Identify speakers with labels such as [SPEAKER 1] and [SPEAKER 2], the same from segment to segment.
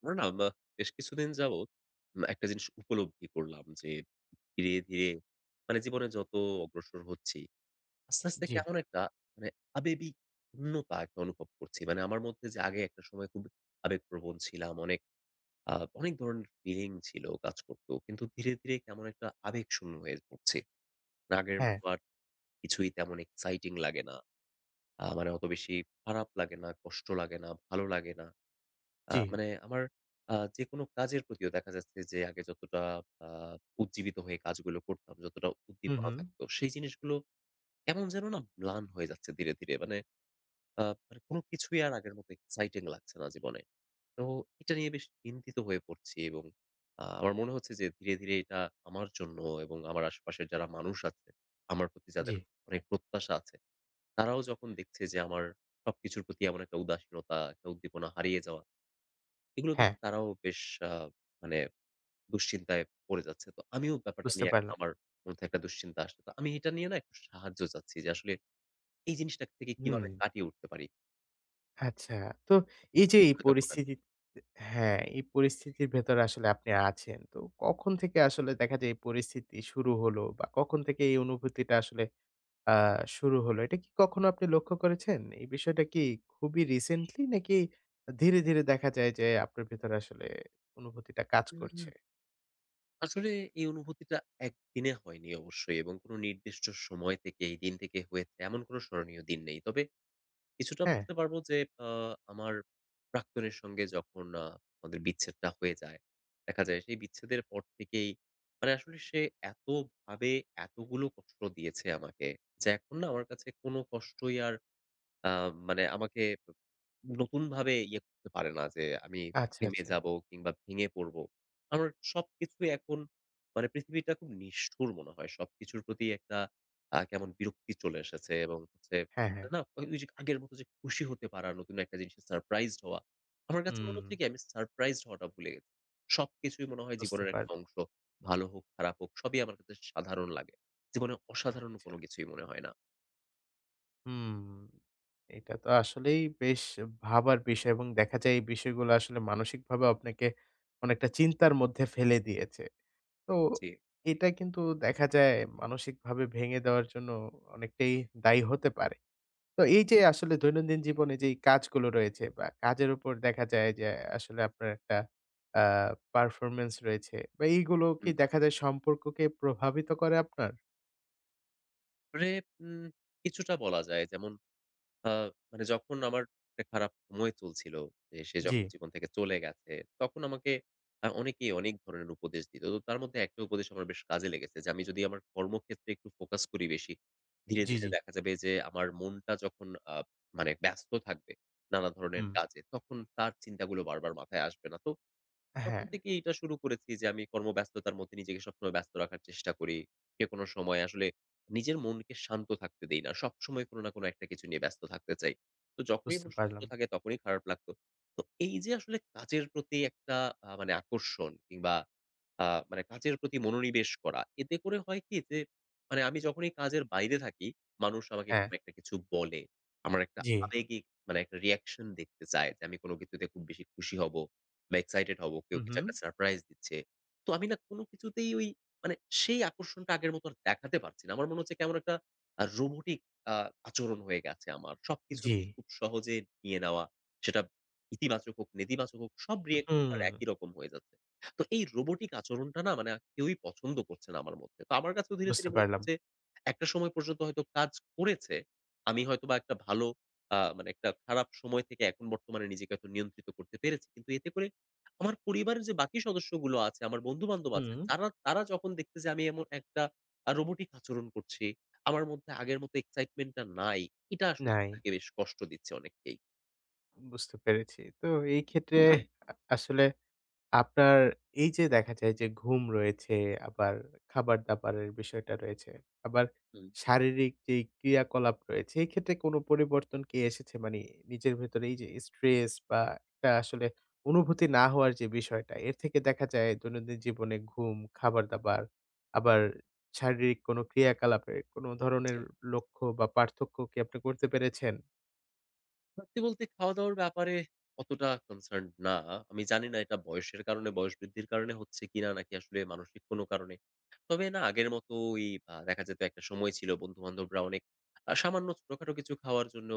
[SPEAKER 1] আমরা না মা বেশ কিছুদিন যাবৎ একটা জিনিস উপলব্ধি করলাম যে ধীরে, ধীরে মানে জীবনে যত অগ্রসর হচ্ছি, আস্তে, আস্তে
[SPEAKER 2] জি,
[SPEAKER 1] কেমন একটা মানে আবেগিক শূন্যতা একটা অনুভব করছি। মানে আমার মধ্যে যে আগে একটা সময় খুব আবেগপ্রবণ ছিলাম, আ অনেক ধরনের ফিলিং ছিল কাজ করত। কিন্তু ধীরে, ধীরে কেমন একটা আবেগশূন্য হয়ে পড়ছি। আগের
[SPEAKER 2] হ্যাঁ,
[SPEAKER 1] মতো আর কিছুই তেমন এক্সাইটিং লাগে না। মানে অত বেশি খারাপ লাগে না, কষ্ট লাগে না, ভালো লাগে না।
[SPEAKER 2] জি।
[SPEAKER 1] মানে আমার যেকোনো কাজের প্রতিও দেখা যাচ্ছে যে আগে যতটা আ উজ্জীবিত হয়ে কাজগুলো করতাম, যতটা
[SPEAKER 2] হুম,
[SPEAKER 1] উদ্দীপনা
[SPEAKER 2] হুম।
[SPEAKER 1] থাকতো, সেই জিনিসগুলো কেমন যেন না ম্লান হয়ে যাচ্ছে ধীরে, ধীরে। মানে কোনো কিছুই আর আগের মতো এক্সাইটিং লাগছে না জীবনে। তো এটা নিয়ে বেশ চিন্তিত হয়ে পড়ছি এবং আমার মনে হচ্ছে যে ধীরে, ধীরে এটা আমার জন্য এবং আমার আশেপাশের যারা মানুষ আছে, আমার প্রতি
[SPEAKER 2] জি,
[SPEAKER 1] যাদের অনেক প্রত্যাশা আছে, তারাও যখন দেখছে যে আমার সবকিছুর প্রতি এমন একটা উদাসীনতা, একটা উদ্দীপনা হারিয়ে যাওয়া এগুলো
[SPEAKER 2] হ্যাঁ,
[SPEAKER 1] দেখে তারাও বেশ আ মানে দুশ্চিন্তায় পড়ে যাচ্ছে। তো আমিও ব্যাপারটা
[SPEAKER 2] বুঝতে
[SPEAKER 1] নিয়ে এখন
[SPEAKER 2] পারলাম।
[SPEAKER 1] আমার মধ্যে একটা দুশ্চিন্তা আসছে। তো আমি এটা নিয়ে না একটু সাহায্য চাচ্ছি যে আসলে এই জিনিসটা থেকে
[SPEAKER 2] হুম,
[SPEAKER 1] কিভাবে কাটিয়ে উঠতে পারি?
[SPEAKER 2] আচ্ছা। তো
[SPEAKER 1] আপনি
[SPEAKER 2] এই যে
[SPEAKER 1] কি
[SPEAKER 2] এই
[SPEAKER 1] সহায়তা করবেন?
[SPEAKER 2] পরিস্থিতি হ্যাঁ, এই পরিস্থিতির ভেতরে আসলে আপনি আছেন। তো কখন থেকে আসলে দেখা যায় এই পরিস্থিতি শুরু হলো বা কখন থেকে এই অনুভূতিটা আসলে আ শুরু হলো? এটা কি কখনো আপনি লক্ষ্য করেছেন? এই বিষয়টা কি খুবই রিসেন্টলি নাকি ধীরে, ধীরে দেখা যায় যে আপনার ভেতরে আসলে অনুভূতিটা কাজ করছে?
[SPEAKER 1] উম আসলে এই অনুভূতিটা একদিনে হয়নি অবশ্যই এবং কোনো নির্দিষ্ট সময় থেকে এই দিন থেকে হয়েছে এমন কোনো স্মরণীয় দিন নেই। তবে কিছুটা
[SPEAKER 2] হ্যাঁ,
[SPEAKER 1] বলতে পারবো যে আ আমার প্রাক্তনের সঙ্গে যখন আমাদের বিচ্ছেদটা হয়ে যায়, দেখা যায় সেই বিচ্ছেদের পর থেকেই মানে আসলে সে এতভাবে এতগুলো কষ্ট দিয়েছে আমাকে যে এখন না আমার কাছে কোনো কষ্টই আর আ মানে আমাকে নতুনভাবে ইয়ে করতে পারে না যে আমি
[SPEAKER 2] আচ্ছা,
[SPEAKER 1] থেমে
[SPEAKER 2] আচ্ছা।
[SPEAKER 1] যাব কিংবা ভেঙে পড়ব। আমার সবকিছুই এখন মানে পৃথিবীটা খুব নিষ্ঠুর মনে হয়। সবকিছুর প্রতি একটা কেমন বিরক্তি চলে এসেছে এবং হচ্ছে
[SPEAKER 2] হ্যাঁ, হ্যাঁ।
[SPEAKER 1] মানে না ওই যে আগের মতো যে খুশি হতে পারা, নতুন একটা জিনিসে সারপ্রাইজড হওয়া। আমার কাছে
[SPEAKER 2] হুম,
[SPEAKER 1] মনে হচ্ছে কি আমি সারপ্রাইজড হওয়াটা ভুলে গেছি। সবকিছুই মনে হয়
[SPEAKER 2] বুঝতে
[SPEAKER 1] জীবনের একটা
[SPEAKER 2] পারলাম।
[SPEAKER 1] অংশ। ভালো হোক, খারাপ হোক সবই আমার কাছে সাধারণ লাগে। জীবনে অসাধারণ
[SPEAKER 2] আচ্ছা।
[SPEAKER 1] কোনো কিছুই মনে হয় না।
[SPEAKER 2] হুম, এটা তো আসলেই বেশ ভাবার বিষয় এবং দেখা যায় এই বিষয়গুলো আসলে মানসিকভাবে আপনাকে অনেকটা চিন্তার মধ্যে ফেলে দিয়েছে। তো
[SPEAKER 1] জি।
[SPEAKER 2] এটা কিন্তু দেখা যায় মানসিকভাবে ভেঙে দেওয়ার জন্য অনেকটাই দায়ী হতে পারে। তো এই যে আসলে দৈনন্দিন জীবনে যেই কাজগুলো রয়েছে বা কাজের উপর দেখা যায় যে আসলে আপনার একটা আ পারফরম্যান্স রয়েছে বা এইগুলো কি দেখা যায় সম্পর্ককে প্রভাবিত করে আপনার?
[SPEAKER 1] আসলে উম কিছুটা বলা যায়। যেমন আ মানে যখন আমার একটা খারাপ সময় চলছিল, যে সে
[SPEAKER 2] জি,
[SPEAKER 1] যখন জীবন থেকে চলে গেছে, তখন আমাকে অনেকেই অনেক ধরনের উপদেশ দিত। তো তার মধ্যে একটা উপদেশ আমার বেশ কাজে লেগেছে যে, আমি যদি আমার কর্মক্ষেত্রে একটু ফোকাস করি বেশি, ধীরে,
[SPEAKER 2] জি,
[SPEAKER 1] ধীরে
[SPEAKER 2] জি।
[SPEAKER 1] দেখা যাবে যে আমার মনটা যখন মানে ব্যস্ত থাকবে নানা ধরনের
[SPEAKER 2] হুম।
[SPEAKER 1] কাজে, তখন তার চিন্তাগুলো বারবার মাথায় আসবে না। তো তখন
[SPEAKER 2] হ্যাঁ,
[SPEAKER 1] থেকেই এটা শুরু করেছি যে আমি কর্মব্যস্ততার মধ্যে নিজেকে সবসময় ব্যস্ত রাখার চেষ্টা করি। যেকোনো সময় আসলে নিজের মনকে শান্ত থাকতে দেই না। সবসময় কোনো না কোনো একটা কিছু নিয়ে ব্যস্ত থাকতে চাই। তো যখনই
[SPEAKER 2] বুঝতে
[SPEAKER 1] মন শান্ত
[SPEAKER 2] পারলাম।
[SPEAKER 1] থাকে তখনই খারাপ লাগতো। তো এই যে আসলে কাজের প্রতি একটা মানে আকর্ষণ কিংবা আ মানে কাজের প্রতি মনোনিবেশ করা, এতে করে হয় কি যে মানে আমি যখনই কাজের বাইরে থাকি, মানুষ আমাকে
[SPEAKER 2] হ্যাঁ।
[SPEAKER 1] কোনো একটা কিছু বলে, আমার একটা
[SPEAKER 2] জি।
[SPEAKER 1] আবেগিক মানে একটা রিঅ্যাকশন দেখতে চায় যে আমি কোনো কিছুতে খুব বেশি খুশি হব। বা এক্সাইটেড হব। কেউ
[SPEAKER 2] হু, হু।
[SPEAKER 1] কিছু একটা সারপ্রাইজ দিচ্ছে। তো আমি না কোন কিছুতেই ওই মানে সেই আকর্ষণটা আগের মতো আর দেখাতে পারছি না। আমার মনে হচ্ছে কেমন একটা রোবটিক আ আচরণ হয়ে গেছে আমার।
[SPEAKER 2] জি।
[SPEAKER 1] সবকিছুকেই খুব সহজে নিয়ে নেওয়া। সেটা ইতিবাচক হোক, নেতিবাচক হোক সব রিঅ্যাকশন
[SPEAKER 2] হুম।
[SPEAKER 1] আমার একই রকম হয়ে যাচ্ছে। তো এই রোবটিক আচরণটা না মানে কেউই পছন্দ করছে না আমার মধ্যে। তো আমার কাছেও ধীরে,
[SPEAKER 2] বুঝতে
[SPEAKER 1] ধীরে মনে
[SPEAKER 2] পারলাম।
[SPEAKER 1] হচ্ছে একটা সময় পর্যন্ত হয়তো কাজ করেছে। আমি হয়তোবা একটা ভালো মানে একটা খারাপ সময় থেকে এখন বর্তমানে নিজেকে হয়তো নিয়ন্ত্রিত করতে পেরেছি। কিন্তু এতে করে আমার পরিবারের যে বাকি সদস্যগুলো আছে, আমার বন্ধু-বান্ধব আছে,
[SPEAKER 2] হুম।
[SPEAKER 1] তারা তারা যখন দেখছে যে আমি এমন একটা রোবটিক আচরণ করছি, আমার মধ্যে আগের মতো এক্সাইটমেন্ট টা নাই, এটা আসলে
[SPEAKER 2] নাই,
[SPEAKER 1] তাদেরকে বেশ কষ্ট দিচ্ছে অনেককেই।
[SPEAKER 2] বুঝতে পেরেছি। তো এই ক্ষেত্রে আসলে আপনার এই যে দেখা যায় যে ঘুম রয়েছে, আবার খাবার-দাবারের বিষয়টা রয়েছে, আবার
[SPEAKER 1] হুম,
[SPEAKER 2] শারীরিক যেই ক্রিয়াকলাপ রয়েছে, এই ক্ষেত্রে কোনো পরিবর্তন কি এসেছে? মানে নিজের ভেতরে এই যে স্ট্রেস বা একটা আসলে অনুভূতি না হওয়ার যে বিষয়টা, এর থেকে দেখা যায় দৈনন্দিন জীবনে ঘুম, খাবার-দাবার, আবার শারীরিক কোনো ক্রিয়াকলাপে কোনো ধরনের
[SPEAKER 1] জি।
[SPEAKER 2] লক্ষ্য বা পার্থক্য কি আপনি করতে পেরেছেন?
[SPEAKER 1] সত্যি বলতে খাওয়া-দাওয়ার ব্যাপারে অতটা কনসার্নড না। আমি জানি না এটা বয়সের কারণে, বয়স বৃদ্ধির কারণে হচ্ছে কিনা নাকি আসলে মানসিক কোনো কারণে। তবে না আগের মতো ওই দেখা যেত একটা সময় ছিল বন্ধু-বান্ধবরা অনেক সামান্য ছোটখাটো কিছু খাওয়ার জন্য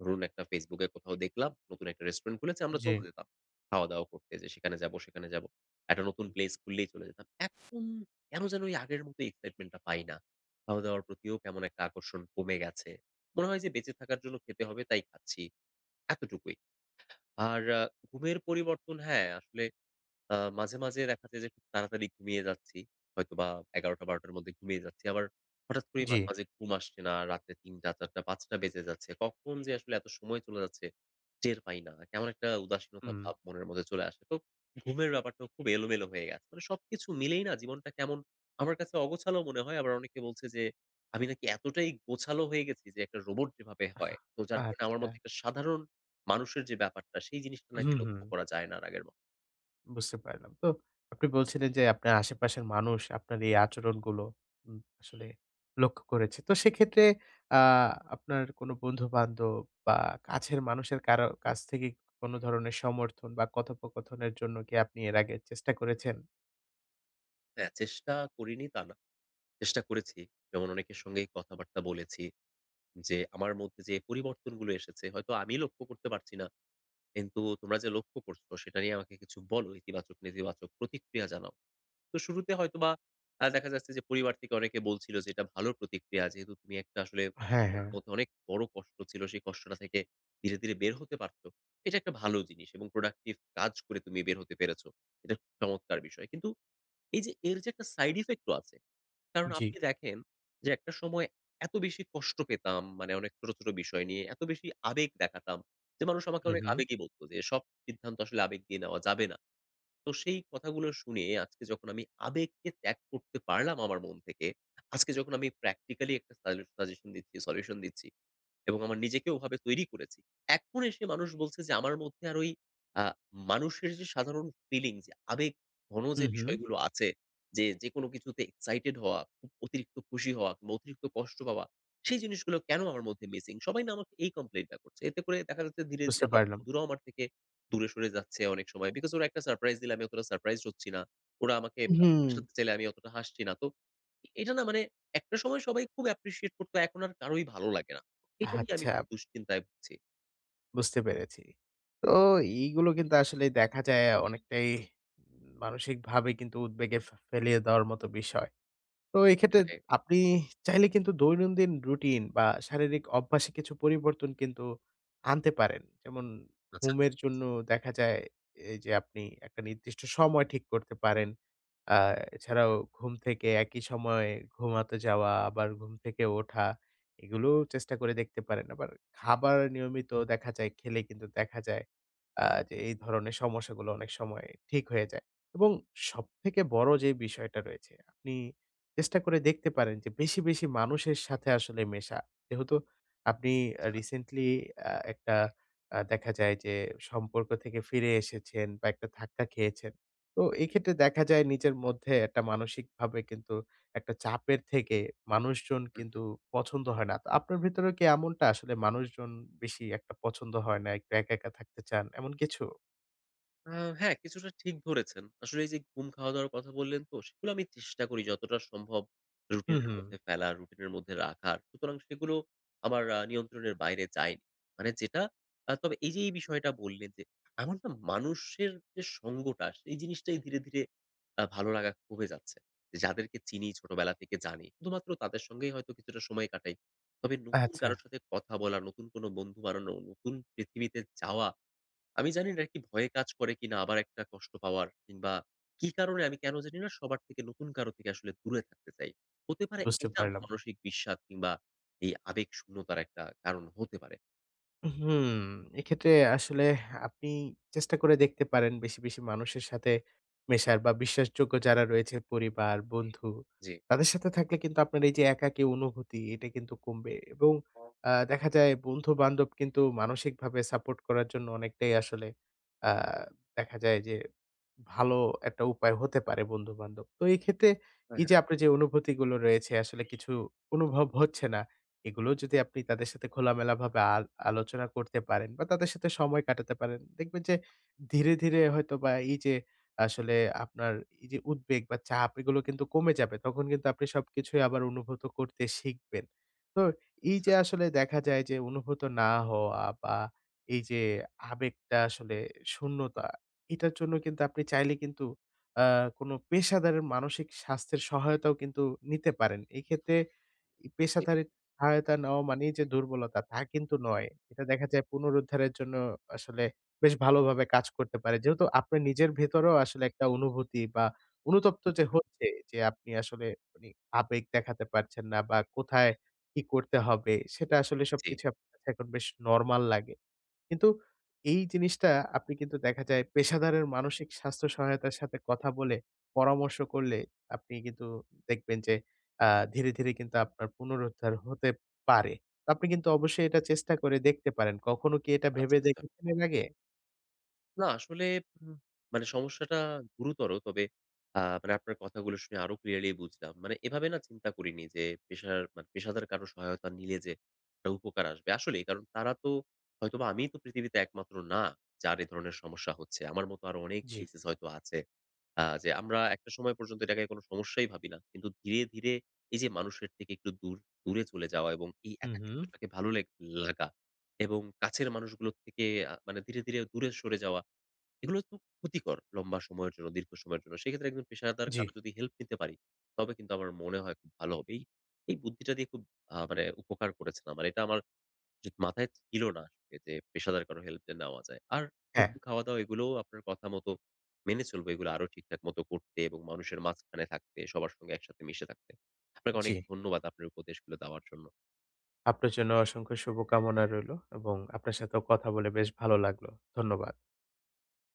[SPEAKER 1] ধরুন একটা Facebook এ কোথাও দেখলাম নতুন একটা রেস্টুরেন্ট খুলেছে আমরা
[SPEAKER 2] জি,
[SPEAKER 1] চলে যেতাম। খাওয়া-দাওয়া করতে যে সেখানে যাবো, সেখানে যাবো। একটা নতুন প্লেস খুললেই চলে যেতাম। এখন কেন যেন ওই আগের মতো এক্সাইটমেন্ট টা পাই না। খাওয়া-দাওয়ার প্রতিও কেমন একটা আকর্ষণ কমে গেছে। মনে হয় যে বেঁচে থাকার জন্য খেতে হবে তাই খাচ্ছি। এতটুকুই। আর ঘুমের পরিবর্তন হ্যাঁ, আসলে মাঝে, মাঝে দেখা যায় যে খুব তাড়াতাড়ি ঘুমিয়ে যাচ্ছি। হয়তোবা ১১:০০-১২:০০ র মধ্যে ঘুমিয়ে যাচ্ছি। আবার হঠাৎ করেই
[SPEAKER 2] জি।
[SPEAKER 1] মাঝে, মাঝে ঘুম আসছে না। রাতে ৩:০০, ৪:০০, ৫:০০ বেজে যাচ্ছে। কখন যে আসলে এত সময় চলে যাচ্ছে টের পাই না। কেমন একটা উদাসীনতা
[SPEAKER 2] হুম।
[SPEAKER 1] ভাব মনের মধ্যে চলে আসে। তো ঘুমের ব্যাপারটাও খুব এলোমেলো হয়ে গেছে। মানে সবকিছু মিলেই না জীবনটা কেমন আমার কাছে অগোছালো মনে হয়। আবার অনেকে বলছে যে আমি নাকি এতটাই গোছালো হয়ে গেছি যে একটা রোবট যেভাবে হয়। তো যার কারণে আমার
[SPEAKER 2] আচ্ছা।
[SPEAKER 1] মধ্যে একটা সাধারণ মানুষের যে ব্যাপারটা সেই জিনিসটা নাকি
[SPEAKER 2] হুম, হুম।
[SPEAKER 1] লক্ষ্য করা যায় না আর আগের
[SPEAKER 2] বুঝতে পারলাম। তো আপনি বলছিলেন যে আপনার আশেপাশের মানুষ আপনার এই আচরণগুলো আসলে লক্ষ্য করেছে। তো সেক্ষেত্রে আ আপনার কোনো বন্ধু-বান্ধব বা কাছের মানুষের কারো কাছ থেকে কোনো ধরনের সমর্থন বা কথোপকথনের জন্য কি আপনি এর আগে চেষ্টা করেছেন?
[SPEAKER 1] হ্যাঁ, চেষ্টা করিনি তা না। চেষ্টা করেছি। যেমন অনেকের সঙ্গেই কথাবার্তা বলেছি যে, আমার মধ্যে যে পরিবর্তনগুলো এসেছে হয়তো আমি লক্ষ্য করতে পারছি না। কিন্তু তোমরা যে লক্ষ্য করছো সেটা নিয়ে আমাকে কিছু বলো। ইতিবাচক, নেতিবাচক প্রতিক্রিয়া জানাও। তো শুরুতে হয়তোবা দেখা যাচ্ছে যে পরিবার থেকে অনেকে বলছিল যে, "এটা ভালো প্রতিক্রিয়া। যেহেতু তুমি একটা আসলে
[SPEAKER 2] হ্যাঁ,
[SPEAKER 1] তোমার
[SPEAKER 2] হ্যাঁ।
[SPEAKER 1] মধ্যে অনেক বড় কষ্ট ছিল। সেই কষ্টটা থেকে ধীরে, ধীরে বের হতে পারছো। এটা একটা ভালো জিনিস এবং প্রোডাক্টিভ কাজ করে তুমি বের হতে পেরেছো। এটা চমৎকার বিষয়।" কিন্তু এই যে এর যে একটা সাইড ইফেক্ট ও আছে। কারণ
[SPEAKER 2] জি।
[SPEAKER 1] আপনি দেখেন যে একটা সময় এত বেশি কষ্ট পেতাম মানে অনেক ছোট, ছোট বিষয় নিয়ে এত বেশি আবেগ দেখাতাম যে মানুষ আমাকে
[SPEAKER 2] হু,
[SPEAKER 1] অনেক
[SPEAKER 2] হু।
[SPEAKER 1] আবেগী বলত যে সব সিদ্ধান্ত আসলে আবেগ দিয়ে নেওয়া যাবে না। তো সেই কথাগুলো শুনে আজকে যখন আমি আবেগকে ত্যাগ করতে পারলাম আমার মন থেকে, আজকে যখন আমি প্র্যাকটিক্যালি একটা সাজেশন দিচ্ছি, সলিউশন দিচ্ছি এবং আমার নিজেকে ওভাবে তৈরি করেছি। এখন এসে মানুষ বলছে যে আমার মধ্যে আর ওই আ মানুষের যে সাধারণ ফিলিংস যে আবেগ ঘন
[SPEAKER 2] হু,
[SPEAKER 1] যে
[SPEAKER 2] হু।
[SPEAKER 1] বিষয়গুলো আছে, যে যেকোনো কিছুতে এক্সাইটেড হওয়া, খুব অতিরিক্ত খুশি হওয়া কিংবা অতিরিক্ত কষ্ট পাওয়া, সেই জিনিসগুলো কেন আমার মধ্যে মিসিং? সবাই না আমাকে এই কমপ্লেইনটা করছে। এতে করে দেখা যাচ্ছে ধীরে, ধীরে
[SPEAKER 2] বুঝতে
[SPEAKER 1] আমার
[SPEAKER 2] পারলাম।
[SPEAKER 1] বন্ধুরাও আমার থেকে দূরে সরে যাচ্ছে অনেক সময়। বিকজ ওরা একটা সারপ্রাইজ দিলে আমি অতটা সারপ্রাইজড হচ্ছি না। ওরা আমাকে
[SPEAKER 2] হুম,
[SPEAKER 1] হাসাতে চাইলে আমি অতটা হাসছি না। তো এটা না মানে একটা সময় সবাই খুব অ্যাপ্রিশিয়েট করত। এখন আর কারোই ভালো লাগে না। এটা নিয়ে আমি
[SPEAKER 2] আচ্ছা
[SPEAKER 1] খুব দুশ্চিন্তায় ভুগছি।
[SPEAKER 2] বুঝতে পেরেছি। তো এইগুলো কিন্তু আসলে দেখা যায় অনেকটাই মানসিকভাবে কিন্তু উদ্বেগে ফেলিয়ে দেওয়ার মতো বিষয়। তো এক্ষেত্রে
[SPEAKER 1] সেটাই।
[SPEAKER 2] আপনি চাইলে কিন্তু দৈনন্দিন রুটিন বা শারীরিক অভ্যাসে কিছু পরিবর্তন কিন্তু আনতে পারেন। যেমন
[SPEAKER 1] আচ্ছা।
[SPEAKER 2] ঘুমের জন্য দেখা যায় এই যে আপনি একটা নির্দিষ্ট সময় ঠিক করতে পারেন। আ
[SPEAKER 1] হুম,
[SPEAKER 2] এছাড়াও ঘুম থেকে একই সময়ে ঘুমাতে যাওয়া, আবার ঘুম থেকে ওঠা এগুলোও চেষ্টা করে দেখতে পারেন। আবার খাবার নিয়মিত দেখা যায় খেলে কিন্তু দেখা যায় যে এই ধরনের সমস্যাগুলো অনেক সময় ঠিক হয়ে যায়। এবং সবথেকে বড় যে বিষয়টা রয়েছে আপনি চেষ্টা করে দেখতে পারেন যে বেশি, বেশি মানুষের সাথে আসলে মেশা। যেহেতু আপনি রিসেন্টলি একটা দেখা যায় যে সম্পর্ক থেকে ফিরে এসেছেন বা একটা ধাক্কা খেয়েছেন। তো এক্ষেত্রে দেখা যায় নিজের মধ্যে একটা মানসিকভাবে কিন্তু একটা চাপের থেকে মানুষজন
[SPEAKER 1] হুম।
[SPEAKER 2] কিন্তু পছন্দ হয় না। তো আপনার ভেতরেও কি এমনটা আসলে মানুষজন বেশি একটা পছন্দ হয় না, একটু একা, একা থাকতে চান এমন কিছু?
[SPEAKER 1] আ হ্যাঁ, কিছুটা ঠিক ধরেছেন। আসলে এই যে ঘুম, খাওয়া-দাওয়ার কথা বললেন তো, সেগুলো আমি চেষ্টা করি যতটা সম্ভব
[SPEAKER 2] হুম,
[SPEAKER 1] রুটিনের
[SPEAKER 2] হুম।
[SPEAKER 1] মধ্যে ফেলার, রুটিনের মধ্যে রাখার। সুতরাং সেগুলো আমার নিয়ন্ত্রণের বাইরে যায়নি। মানে যেটা তবে এই যে এই বিষয়টা বললেন যে, আমার না মানুষের যে সঙ্গটা, সেই জিনিসটাই ধীরে, ধীরে ভালো লাগা কমে যাচ্ছে। যে যাদেরকে চিনি, ছোটবেলা থেকে জানি, শুধুমাত্র তাদের সঙ্গেই হয়তো কিছুটা সময় কাটাই। তবে নতুন
[SPEAKER 2] আচ্ছা,
[SPEAKER 1] কারো সাথে কথা বলা, নতুন কোনো বন্ধু বানানো, নতুন পৃথিবীতে যাওয়া আমি জানি না এটা কি ভয়ে কাজ করে কিনা আবার একটা কষ্ট পাওয়ার কিংবা কি কারণে আমি কেন জানি না সবার থেকে নতুন কারো থেকে আসলে দূরে থাকতে চাই। হতে পারে
[SPEAKER 2] বুঝতে
[SPEAKER 1] এটা আমার
[SPEAKER 2] পারলাম।
[SPEAKER 1] মানসিক বিষাদ কিংবা এই আবেগ শূন্যতার একটা কারণ হতে পারে।
[SPEAKER 2] হুম, এক্ষেত্রে আসলে আপনি চেষ্টা করে দেখতে পারেন বেশি, বেশি মানুষের সাথে মেশার বা বিশ্বাসযোগ্য যারা রয়েছে পরিবার, বন্ধু
[SPEAKER 1] জি।
[SPEAKER 2] তাদের সাথে থাকলে কিন্তু আপনার এই যে একাকী অনুভূতি এটা কিন্তু কমবে এবং
[SPEAKER 1] ও
[SPEAKER 2] দেখা যায় বন্ধু-বান্ধব কিন্তু মানসিকভাবে সাপোর্ট করার জন্য অনেকটাই আসলে আ দেখা যায় যে ভালো একটা উপায় হতে পারে বন্ধু-বান্ধব। তো এই ক্ষেত্রে
[SPEAKER 1] হ্যাঁ,
[SPEAKER 2] এই যে
[SPEAKER 1] হ্যাঁ।
[SPEAKER 2] আপনার যে অনুভূতিগুলো রয়েছে আসলে কিছু অনুভব হচ্ছে না, এগুলো যদি আপনি তাদের সাথে খোলামেলাভাবে আলোচনা করতে পারেন বা তাদের সাথে সময় কাটাতে পারেন, দেখবেন যে ধীরে, ধীরে হয়তোবা এই যে আসলে আপনার এই যে উদ্বেগ বা চাপ এগুলো কিন্তু কমে যাবে। তখন কিন্তু আপনি সবকিছুই আবার অনুভূত করতে শিখবেন। তো এই
[SPEAKER 1] আচ্ছা,
[SPEAKER 2] যে
[SPEAKER 1] আচ্ছা।
[SPEAKER 2] আসলে দেখা যায় যে অনুভূত না হওয়া বা এই যে আবেগটা আসলে শূন্যতা এটার জন্য কিন্তু আপনি চাইলে কিন্তু আ কোনো পেশাদারের মানসিক স্বাস্থ্যের সহায়তাও কিন্তু নিতে পারেন। এক্ষেত্রে
[SPEAKER 1] জি।
[SPEAKER 2] পেশাদারি সহায়তা নেওয়া মানেই যে দুর্বলতা, তা কিন্তু নয়। এটা দেখা যায় পুনরুদ্ধারের জন্য আসলে বেশ ভালোভাবে কাজ করতে পারে। যেহেতু আপনার নিজের ভেতরেও আসলে একটা অনুভূতি বা অনুতপ্ত যে
[SPEAKER 1] জি,
[SPEAKER 2] হচ্ছে যে আপনি আসলে মানে আবেগ দেখাতে পারছেন না বা কোথায় কি করতে হবে সেটা আসলে
[SPEAKER 1] জি।
[SPEAKER 2] সবকিছু আপনার কাছে এখন বেশ নরমাল লাগে। কিন্তু এই জিনিসটা আপনি কিন্তু দেখা যায় পেশাদারের মানসিক স্বাস্থ্য সহায়তার সাথে কথা বলে, পরামর্শ করলে আপনি কিন্তু দেখবেন যে আ ধীরে, ধীরে কিন্তু আপনার পুনরুদ্ধার হতে পারে। তো আপনি কিন্তু অবশ্যই এটা চেষ্টা করে দেখতে পারেন। কখনো কি এটা
[SPEAKER 1] আচ্ছা,
[SPEAKER 2] ভেবে
[SPEAKER 1] আচ্ছা।
[SPEAKER 2] দেখেছেন এর আগে?
[SPEAKER 1] না আসলে উম মানে সমস্যাটা গুরুতর। তবে মানে আপনার কথাগুলো শুনে আরো ক্লিয়ারলি বুঝলাম। মানে এভাবে না চিন্তা করিনি যে পেশার মানে পেশাদার কারো সহায়তা নিলে যে একটা উপকার আসবে। আসলেই কারণ তারা তো হয়তোবা আমিই তো পৃথিবীতে একমাত্র না যার এ ধরনের সমস্যা হচ্ছে। আমার মতো আরো অনেক
[SPEAKER 2] জি।
[SPEAKER 1] কেসেস হয়তো আছে। যে আমরা একটা সময় পর্যন্ত এটাকে কোনো সমস্যাই ভাবি না। কিন্তু ধীরে, ধীরে এই যে মানুষের থেকে একটু দূরে চলে যাওয়া এবং এই
[SPEAKER 2] হু, হু।
[SPEAKER 1] একাকিত্বটাকে ভালো লাগা এবং কাছের মানুষগুলোর থেকে মানে ধীরে, ধীরে দূরে সরে যাওয়া এগুলো তো ক্ষতিকর লম্বা সময়ের জন্য, দীর্ঘ সময়ের জন্য। সেক্ষেত্রে একজন পেশাদার
[SPEAKER 2] জি,
[SPEAKER 1] কারো যদি হেল্প নিতে পারি, তবে কিন্তু আমার মনে হয় খুব ভালো হবে। এই বুদ্ধিটা দিয়ে খুব মানে উপকার করেছেন আমার। এটা আমার যে মাথায় ছিল না আসলে যে পেশাদার কারো হেল্প যে নেওয়া যায়। আর ঘুম,
[SPEAKER 2] হ্যাঁ,
[SPEAKER 1] খাওয়া-দাওয়া এগুলোও আপনার কথা মতো মেনে চলবো। এগুলো আরো ঠিকঠাক মতো করতে এবং মানুষের মাঝখানে থাকতে, সবার সঙ্গে একসাথে মিশে থাকতে। আপনাকে
[SPEAKER 2] জি।
[SPEAKER 1] অনেক ধন্যবাদ আপনার উপদেশগুলো দেওয়ার জন্য।
[SPEAKER 2] আপনার জন্য অসংখ্য শুভকামনা রইলো এবং আপনার সাথেও কথা বলে বেশ ভালো লাগলো। ধন্যবাদ।